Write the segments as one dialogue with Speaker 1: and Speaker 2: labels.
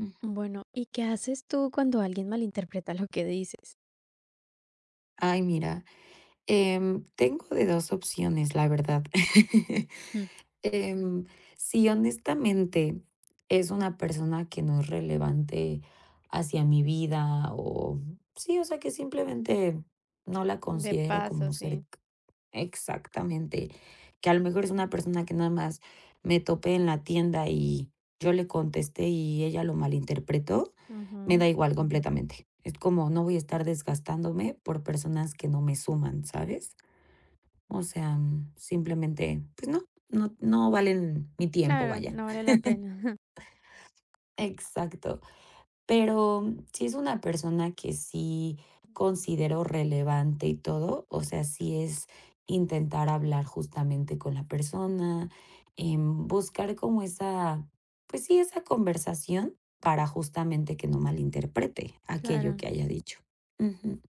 Speaker 1: Mm.
Speaker 2: Bueno, ¿y qué haces tú cuando alguien malinterpreta lo que dices?
Speaker 1: Ay, mira, tengo de 2 opciones, la verdad.
Speaker 2: Mm.
Speaker 1: Em, si honestamente es una persona que no es relevante hacia mi vida o sí, o sea, que simplemente no la
Speaker 2: De
Speaker 1: considero
Speaker 2: paso,
Speaker 1: como
Speaker 2: sí.
Speaker 1: cercana. Exactamente. Que a lo mejor es una persona que nada más me topé en la tienda y yo le contesté y ella lo malinterpretó, me da
Speaker 2: Ujú.
Speaker 1: igual completamente. Es como no voy a estar desgastándome por personas que no me suman, ¿sabes? O sea, simplemente, pues no, no valen mi tiempo,
Speaker 2: Claro,
Speaker 1: vaya.
Speaker 2: no vale la pena.
Speaker 1: Exacto. Pero si es una persona que sí considero relevante y todo, o sea, sí es intentar hablar justamente con la persona, buscar como esa, pues sí, esa conversación para justamente que no malinterprete aquello
Speaker 2: Claro.
Speaker 1: que haya dicho. Ujú,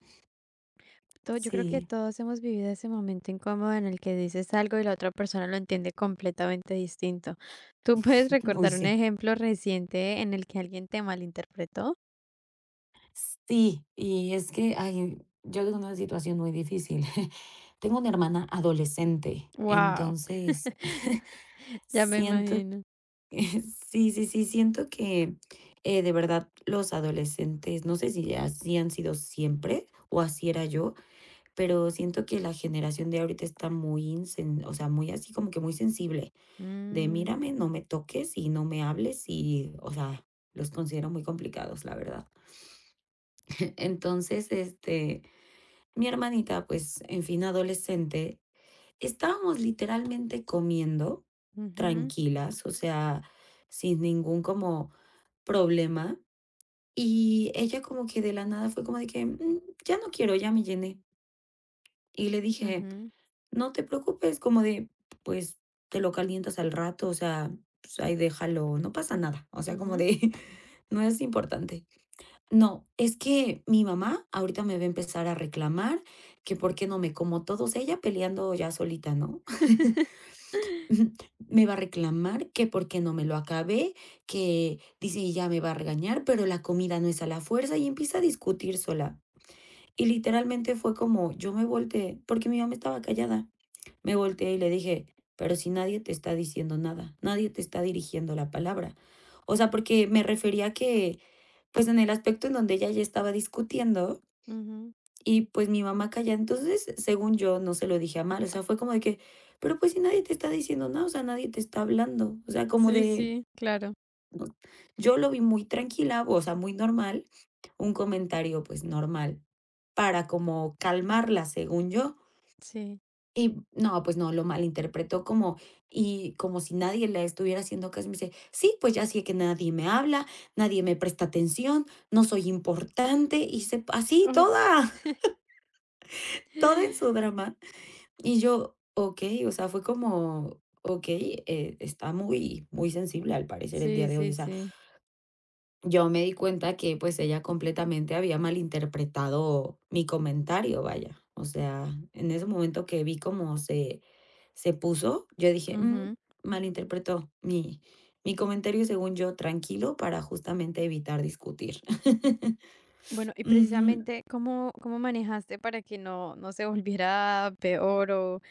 Speaker 2: Yo creo que
Speaker 1: sí,
Speaker 2: todos hemos vivido ese momento incómodo en el que dices algo y la otra persona lo entiende completamente distinto. ¿Tú puedes
Speaker 1: uy,
Speaker 2: recordar un
Speaker 1: sí.
Speaker 2: ejemplo reciente en el que alguien te malinterpretó?
Speaker 1: Sí, y es que, ay, yo tengo una situación muy difícil. Tengo una hermana adolescente,
Speaker 2: Wow.
Speaker 1: entonces
Speaker 2: Ya me
Speaker 1: siento
Speaker 2: imagino.
Speaker 1: sí, sí, sí, siento que, de verdad, los adolescentes, no sé si así han sido siempre o así era yo, pero siento que la generación de ahorita está muy, o sea, muy así como que muy sensible, de
Speaker 2: Mm,
Speaker 1: mírame, no me toques y no me hables y, o sea, los considero muy complicados, la verdad. Entonces, mi hermanita, pues, en fin, adolescente, estábamos literalmente comiendo tranquilas, o sea, sin ningún como problema y ella como que de la nada fue como de que: "Mm, ya no quiero, ya me llené". Y le dije:
Speaker 2: ujú,
Speaker 1: "No te preocupes", como de, pues, te lo calientas al rato, o sea, pues ahí déjalo, no pasa nada, o
Speaker 2: ujú,
Speaker 1: sea,
Speaker 2: ujú.
Speaker 1: como de, no es importante. No, es que mi mamá ahorita me va a empezar a reclamar que por qué no me como todos ella peleando ya solita, ¿no? Ujú. Me va a reclamar que por qué no me lo acabé, que dice y ya me va a regañar, pero la comida no es a la fuerza y empieza a discutir sola. Y literalmente fue como yo me volteé, porque mi mamá estaba callada. Me volteé y le dije, pero si nadie te está diciendo nada, nadie te está dirigiendo la palabra. O sea, porque me refería a que, pues en el aspecto en donde ella ya estaba discutiendo,
Speaker 2: Ujú.
Speaker 1: y pues mi mamá calla entonces, según yo, no se lo dije a mal, o sea, fue como de que, pero pues si nadie te está diciendo nada, o sea, nadie te está hablando, o sea, como
Speaker 2: Sí,
Speaker 1: de,
Speaker 2: sí, claro.
Speaker 1: no, yo lo vi muy tranquila, o sea, muy normal, un comentario pues normal para como calmarla, según yo.
Speaker 2: Sí.
Speaker 1: Y no, pues no, lo malinterpretó como, y como si nadie le estuviera haciendo caso. Me dice, sí, pues ya sé que nadie me habla, nadie me presta atención, no soy importante, y se, así
Speaker 2: Uf.
Speaker 1: toda, toda en su drama. Y yo, okey, o sea, fue como, okey, está muy sensible al parecer el día
Speaker 2: Sí,
Speaker 1: de hoy.
Speaker 2: sí,
Speaker 1: O sea,
Speaker 2: sí.
Speaker 1: yo me di cuenta que, pues, ella completamente había malinterpretado mi comentario, vaya. O sea, en ese momento que vi cómo se puso, yo dije: "Mm,
Speaker 2: Ujú.
Speaker 1: malinterpretó mi comentario, según yo, tranquilo, para justamente evitar discutir".
Speaker 2: Bueno, y
Speaker 1: Ujú.
Speaker 2: precisamente, ¿cómo, cómo manejaste para que no se volviera peor o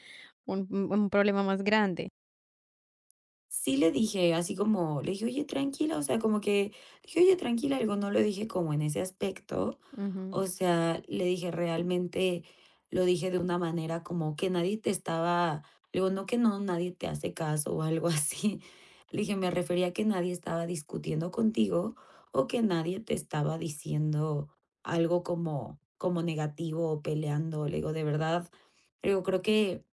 Speaker 2: un problema más grande?
Speaker 1: Sí le dije, así como, le dije: "Oye, tranquila", o sea, como que le dije: "Oye, tranquila", algo no lo dije como en ese aspecto,
Speaker 2: Ujú,
Speaker 1: o sea, le dije, realmente lo dije de una manera como que nadie te estaba le digo, no que no nadie te hace caso o algo así. Le dije, me refería a que nadie estaba discutiendo contigo o que nadie te estaba diciendo algo como negativo o peleando. Le digo, de verdad, le digo, creo que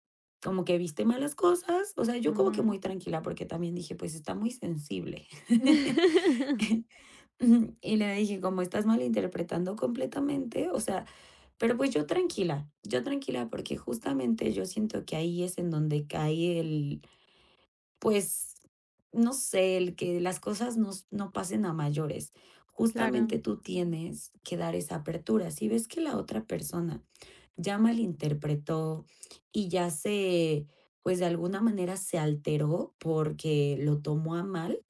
Speaker 1: como que viste malas cosas, o sea, yo como que
Speaker 2: ujú.
Speaker 1: muy tranquila, porque también dije: "Pues, está muy sensible". Y le dije: "Como estás malinterpretando completamente", o sea, pero, pues, yo tranquila, porque justamente yo siento que ahí es en donde cae el, pues, no sé, el que las cosas nos no pasen a mayores.
Speaker 2: Claro.
Speaker 1: Justamente tú tienes que dar esa apertura. Si ves que la otra persona ya malinterpretó y ya se, pues de alguna manera se alteró porque lo tomó a mal,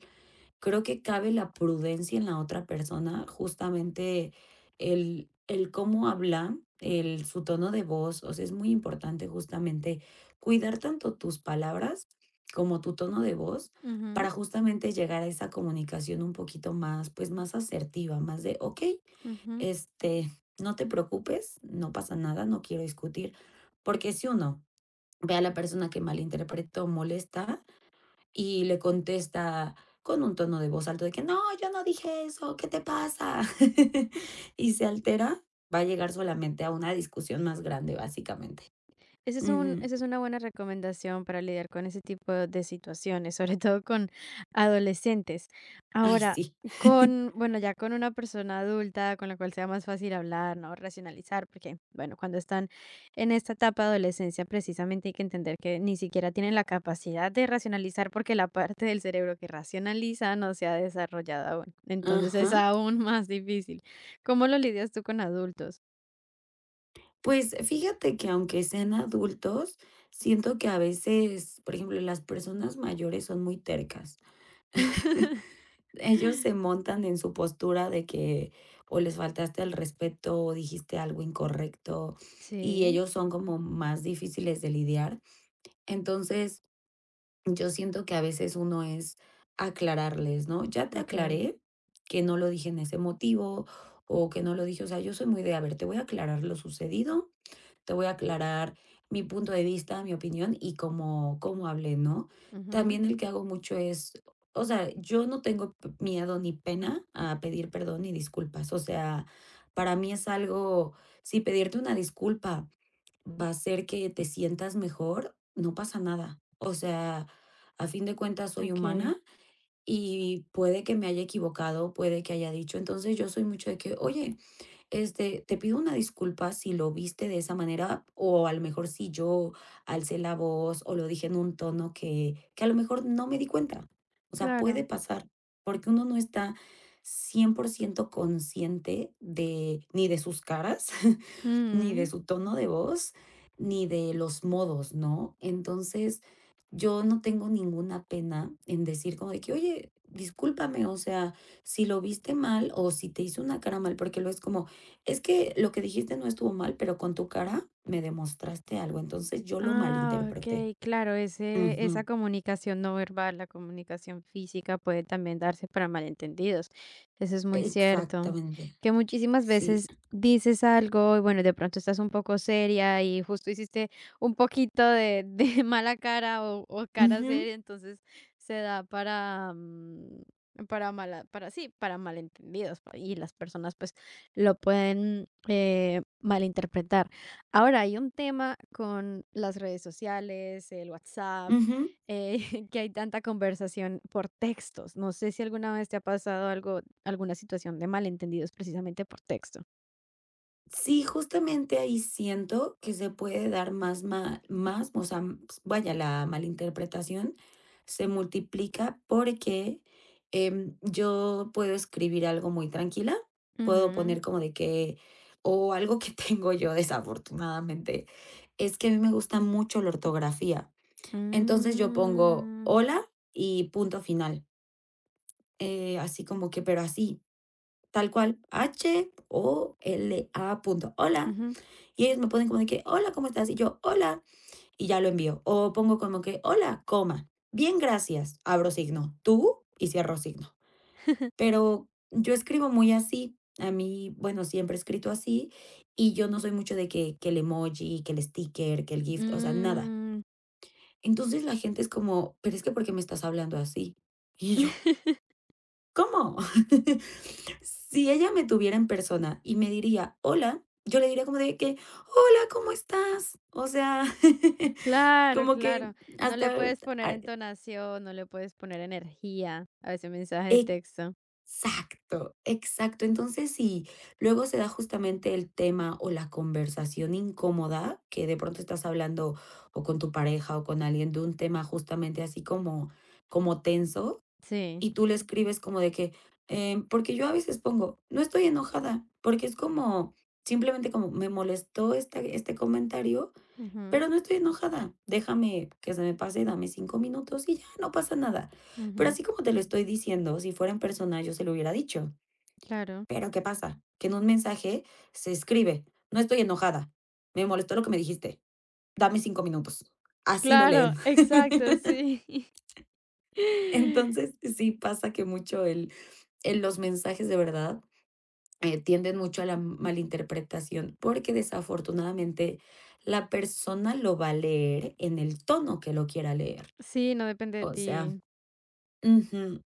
Speaker 1: creo que cabe la prudencia en la otra persona, justamente el cómo habla, el, su tono de voz, o sea, es muy importante justamente cuidar tanto tus palabras como tu tono de voz
Speaker 2: Ujú,
Speaker 1: para justamente llegar a esa comunicación un poquito más, pues más asertiva, más de, ok,
Speaker 2: ujú.
Speaker 1: este, no te preocupes, no pasa nada, no quiero discutir, porque si uno ve a la persona que malinterpreta molesta y le contesta con un tono de voz alto de que no, yo no dije eso, ¿qué te pasa? y se altera, va a llegar solamente a una discusión más grande, básicamente.
Speaker 2: Ese es un
Speaker 1: Ujú.
Speaker 2: esa es una buena recomendación para lidiar con ese tipo de situaciones, sobre todo con adolescentes.
Speaker 1: Ay,
Speaker 2: Ahora,
Speaker 1: sí.
Speaker 2: con bueno, ya con una persona adulta con la cual sea más fácil hablar, ¿no? Racionalizar, porque, bueno, cuando están en esta etapa de adolescencia, precisamente hay que entender que ni siquiera tienen la capacidad de racionalizar, porque la parte del cerebro que racionaliza no se ha desarrollado aún. Entonces,
Speaker 1: Ajá.
Speaker 2: es aún más difícil. ¿Cómo lo lidias tú con adultos?
Speaker 1: Pues fíjate que aunque sean adultos, siento que a veces, por ejemplo, las personas mayores son muy tercas. Ellos se montan en su postura de que o les faltaste el respeto o dijiste algo incorrecto y
Speaker 2: Sí,
Speaker 1: ellos son como más difíciles de lidiar. Entonces, yo siento que a veces uno es aclararles, ¿no? Ya te
Speaker 2: okey.
Speaker 1: aclaré que no lo dije en ese motivo o que no lo dije, o sea, yo soy muy de, a ver, te voy a aclarar lo sucedido te voy a aclarar mi punto de vista, mi opinión y cómo, cómo hablé, ¿no?
Speaker 2: Ujú.
Speaker 1: También el que hago mucho es, o sea, yo no tengo miedo ni pena a pedir perdón ni disculpas. O sea, para mí es algo, si pedirte una disculpa va a hacer que te sientas mejor, no pasa nada. O sea, a fin de cuentas soy
Speaker 2: Okey,
Speaker 1: humana y puede que me haya equivocado, puede que haya dicho. Entonces yo soy mucho de que, oye, te pido una disculpa si lo viste de esa manera o a lo mejor si yo alcé la voz o lo dije en un tono que a lo mejor no me di cuenta. O sea,
Speaker 2: claro.
Speaker 1: puede pasar porque uno no está 100% consciente de ni de sus caras ni de
Speaker 2: Mm.
Speaker 1: su tono de voz, ni de los modos, ¿no? Entonces, yo no tengo ninguna pena en decir como de que, oye, discúlpame, o sea, si lo viste mal o si te hice una cara mal, porque lo es como, es que lo que dijiste no estuvo mal, pero con tu cara me demostraste algo, entonces yo lo
Speaker 2: Ah,
Speaker 1: malinterpreté.
Speaker 2: ok, claro, ese, esa
Speaker 1: Ujú,
Speaker 2: comunicación no verbal, la comunicación física puede también darse para malentendidos. Eso es muy cierto.
Speaker 1: exactamente.
Speaker 2: Que muchísimas
Speaker 1: Sí.
Speaker 2: veces dices algo y bueno, de pronto estás un poco seria y justo hiciste un poquito de mala cara o cara
Speaker 1: Ujú,
Speaker 2: seria, entonces se da para, mm, para mala, para sí, para malentendidos y las personas pues lo pueden malinterpretar. Ahora hay un tema con las redes sociales, el WhatsApp,
Speaker 1: ujú.
Speaker 2: eh, que hay tanta conversación por textos. No sé si alguna vez te ha pasado algo, alguna situación de malentendidos precisamente por texto.
Speaker 1: Sí, justamente ahí siento que se puede dar más ma más, o sea, pues, vaya, la malinterpretación se multiplica porque, yo puedo escribir algo muy tranquila, puedo
Speaker 2: Ujú.
Speaker 1: poner como de que o algo que tengo yo desafortunadamente, es que a mí me gusta mucho la ortografía. Entonces, yo pongo:
Speaker 2: Mm.
Speaker 1: "Hola" y punto final, así como que pero así, tal cual, H O L A punto, hola.
Speaker 2: Ujú.
Speaker 1: Y ellos me ponen como de que, hola, ¿cómo estás? Y yo, hola, y ya lo envío. O pongo como que, hola, coma, bien, gracias, abro signo, tú, y cierro signo. Pero yo escribo muy así. A mí, bueno, siempre he escrito así y yo no soy mucho de que el emoji, que el sticker, que el gift, o sea, nada.
Speaker 2: Mm.
Speaker 1: Entonces la gente es como, pero es que ¿por qué me estás hablando así? Y yo, ¿cómo? si ella me tuviera en persona y me diría, hola, yo le diría como de que, hola, ¿cómo estás? O sea,
Speaker 2: Claro,
Speaker 1: como que
Speaker 2: claro. No le
Speaker 1: hasta
Speaker 2: puedes poner
Speaker 1: a
Speaker 2: entonación, no le puedes poner energía a ese mensaje de texto.
Speaker 1: exacto, exacto. Entonces, si luego se da justamente el tema o la conversación incómoda, que de pronto estás hablando o con tu pareja o con alguien de un tema justamente así como como tenso,
Speaker 2: Sí.
Speaker 1: y tú le escribes como de que, porque yo a veces pongo: "No estoy enojada", porque es como, simplemente como: "Me molestó esta este comentario",
Speaker 2: Ujú,
Speaker 1: pero no estoy enojada, déjame que se me pase, dame 5 minutos y ya, no pasa nada. Pero
Speaker 2: ujú,
Speaker 1: así como te lo estoy diciendo, si fuera en persona yo se lo hubiera dicho.
Speaker 2: claro.
Speaker 1: Pero ¿qué pasa? Que en un mensaje se escribe, no estoy enojada, me molestó lo que me dijiste, dame 5 minutos. Así lo leen.
Speaker 2: Claro, exacto, sí.
Speaker 1: Entonces, sí pasa que mucho el, en los mensajes de verdad tienden mucho a la malinterpretación, porque desafortunadamente la persona lo va a leer en el tono que lo quiera leer.
Speaker 2: Sí, no depende de
Speaker 1: O sea,
Speaker 2: ti.
Speaker 1: ujú.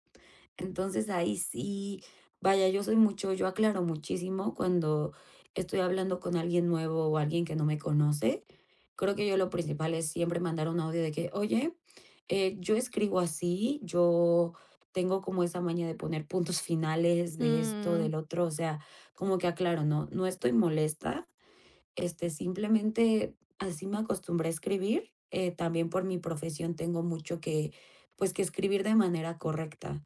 Speaker 1: Entonces ahí sí, vaya, yo soy mucho, yo aclaro muchísimo cuando estoy hablando con alguien nuevo o alguien que no me conoce. Creo que yo lo principal es siempre mandar un audio de que, oye, yo escribo así, yo tengo como esa maña de poner puntos finales de esto,
Speaker 2: Mm,
Speaker 1: del otro, o sea, como que aclaro, no, no estoy molesta, simplemente así me acostumbré a escribir. También por mi profesión tengo mucho que, pues, que escribir de manera correcta.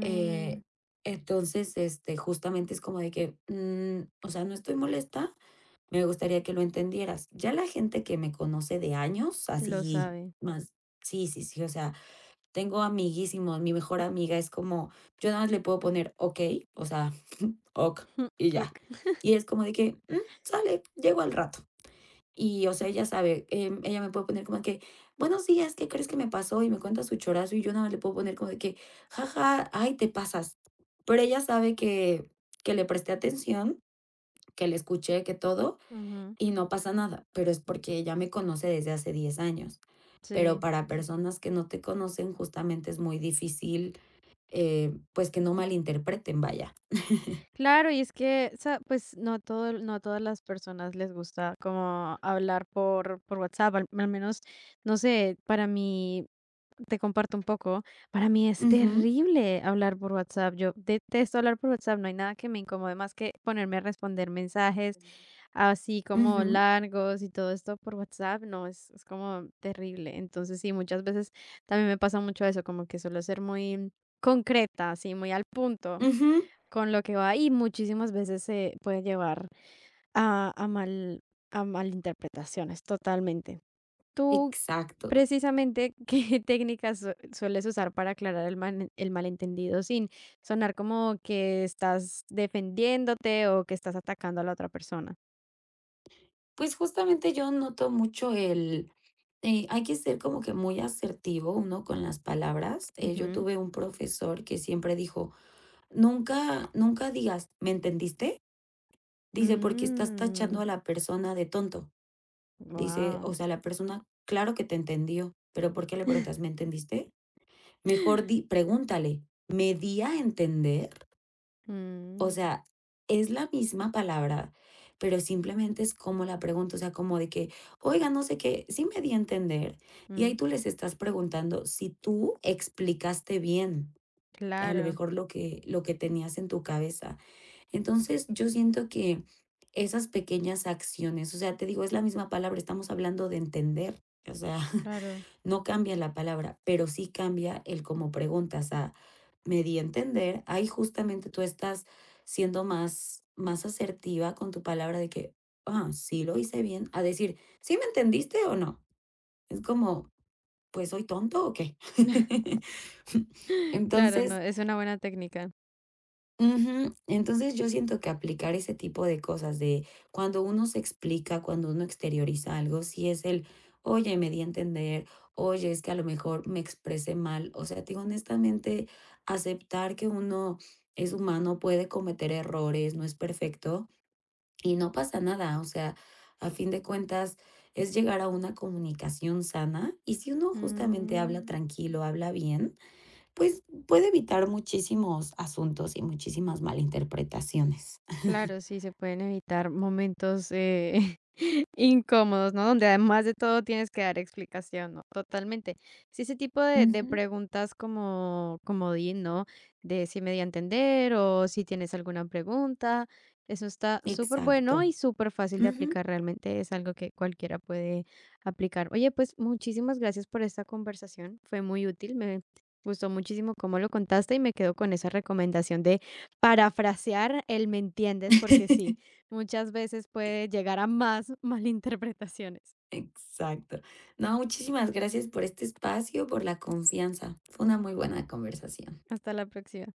Speaker 1: Eh, entonces, justamente es como de que, mm, o sea, no estoy molesta, me gustaría que lo entendieras. Ya la gente que me conoce de años,
Speaker 2: lo
Speaker 1: así
Speaker 2: sabe.
Speaker 1: más, sí, sí, sí, o sea, tengo amiguísimos, mi mejor amiga es como, yo nada más le puedo poner ok, o sea, ok, y ya.
Speaker 2: Ok,
Speaker 1: Y es como de que, "Mm, sale, llego al rato. Y, o sea, ella sabe, ella me puede poner como que: "Buenos días, ¿qué crees que me pasó?", y me cuenta su chorazo, y yo nada más le puedo poner como de que: jaja ay, te pasas". Pero ella sabe que le presté atención, que le escuché, que todo,
Speaker 2: ujú,
Speaker 1: y no pasa nada, pero es porque ella me conoce desde hace 10 años. Pero
Speaker 2: sí.
Speaker 1: para personas que no te conocen, justamente es muy difícil, pues, que no malinterpreten, vaya.
Speaker 2: Claro, y es que, sa pues no todo no a todas las personas les gusta como hablar por WhatsApp, al menos, no sé, para mí, te comparto un poco, para mí es
Speaker 1: Ujú,
Speaker 2: terrible hablar por WhatsApp, yo detesto hablar por WhatsApp, no hay nada que me incomode más que ponerme a responder mensajes así como
Speaker 1: ujú,
Speaker 2: largos y todo esto por WhatsApp, no, es como terrible. Entonces, sí, muchas veces también me pasa mucho eso, como que suelo ser muy concreta, así, muy al punto
Speaker 1: ujú,
Speaker 2: con lo que va y muchísimas veces se puede llevar a mal, a malinterpretaciones totalmente. Tú,
Speaker 1: exacto.
Speaker 2: precisamente, ¿qué técnicas sueles usar para aclarar el, el malentendido sin sonar como que estás defendiéndote o que estás atacando a la otra persona?
Speaker 1: Pues, justamente yo noto mucho el hay que ser como que muy asertivo uno con las palabras. Yo
Speaker 2: Ujú.
Speaker 1: tuve un profesor que siempre dijo, nunca, nunca digas, ¿me entendiste? Dice, porque estás tachando
Speaker 2: Mm,
Speaker 1: a la persona de tonto. Dice,
Speaker 2: wow.
Speaker 1: o sea, la persona, claro que te entendió, pero ¿por qué le preguntas, ¿me entendiste? Mejor di, pregúntale, ¿me di a entender? O
Speaker 2: Mm,
Speaker 1: sea, es la misma palabra, pero simplemente es como la pregunta, o sea, como de que, oiga, no sé qué, sí me di a entender. Y ahí
Speaker 2: mm,
Speaker 1: tú les estás preguntando si tú explicaste bien, a lo
Speaker 2: claro,
Speaker 1: mejor lo que tenías en tu cabeza. Entonces, yo siento que esas pequeñas acciones, o sea, te digo, es la misma palabra, estamos hablando de entender, o sea.
Speaker 2: claro.
Speaker 1: No cambia la palabra, pero sí cambia el cómo preguntas. A me di a entender, ahí justamente tú estás siendo más, más asertiva con tu palabra de que, ah, sí lo hice bien, a decir, ¿sí me entendiste o no? Es como, pues soy tonto o qué.
Speaker 2: Claro, no,
Speaker 1: Entonces,
Speaker 2: es una buena técnica.
Speaker 1: ujú. Entonces, yo siento que aplicar ese tipo de cosas de cuando uno se explica, cuando uno exterioriza algo, si es el, oye, me di a entender, oye, es que a lo mejor me expresé mal. O sea, te digo, honestamente, aceptar que uno es humano, puede cometer errores, no es perfecto y no pasa nada. O sea, a fin de cuentas, es llegar a una comunicación sana y si uno justamente habla
Speaker 2: Mm.
Speaker 1: tranquilo, habla bien. Pues, puede evitar muchísimos asuntos y muchísimas malinterpretaciones.
Speaker 2: Claro, sí, se pueden evitar momentos, incómodos, ¿no? Donde además de todo tienes que dar explicación, ¿no? Totalmente. Sí, ese tipo de
Speaker 1: Ujú,
Speaker 2: preguntas como comodín, ¿no? De si me di a entender o si tienes alguna pregunta. Eso está súper bueno
Speaker 1: exacto.
Speaker 2: y súper fácil de
Speaker 1: Ujú.
Speaker 2: aplicar. Realmente es algo que cualquiera puede aplicar. Oye, pues muchísimas gracias por esta conversación. Fue muy útil. Me gustó muchísimo cómo lo contaste y me quedo con esa recomendación de parafrasear el me entiendes, porque sí, muchas veces puede llegar a más malinterpretaciones.
Speaker 1: Exacto. No, muchísimas gracias por este espacio, por la confianza. Fue una muy buena conversación.
Speaker 2: Hasta la próxima.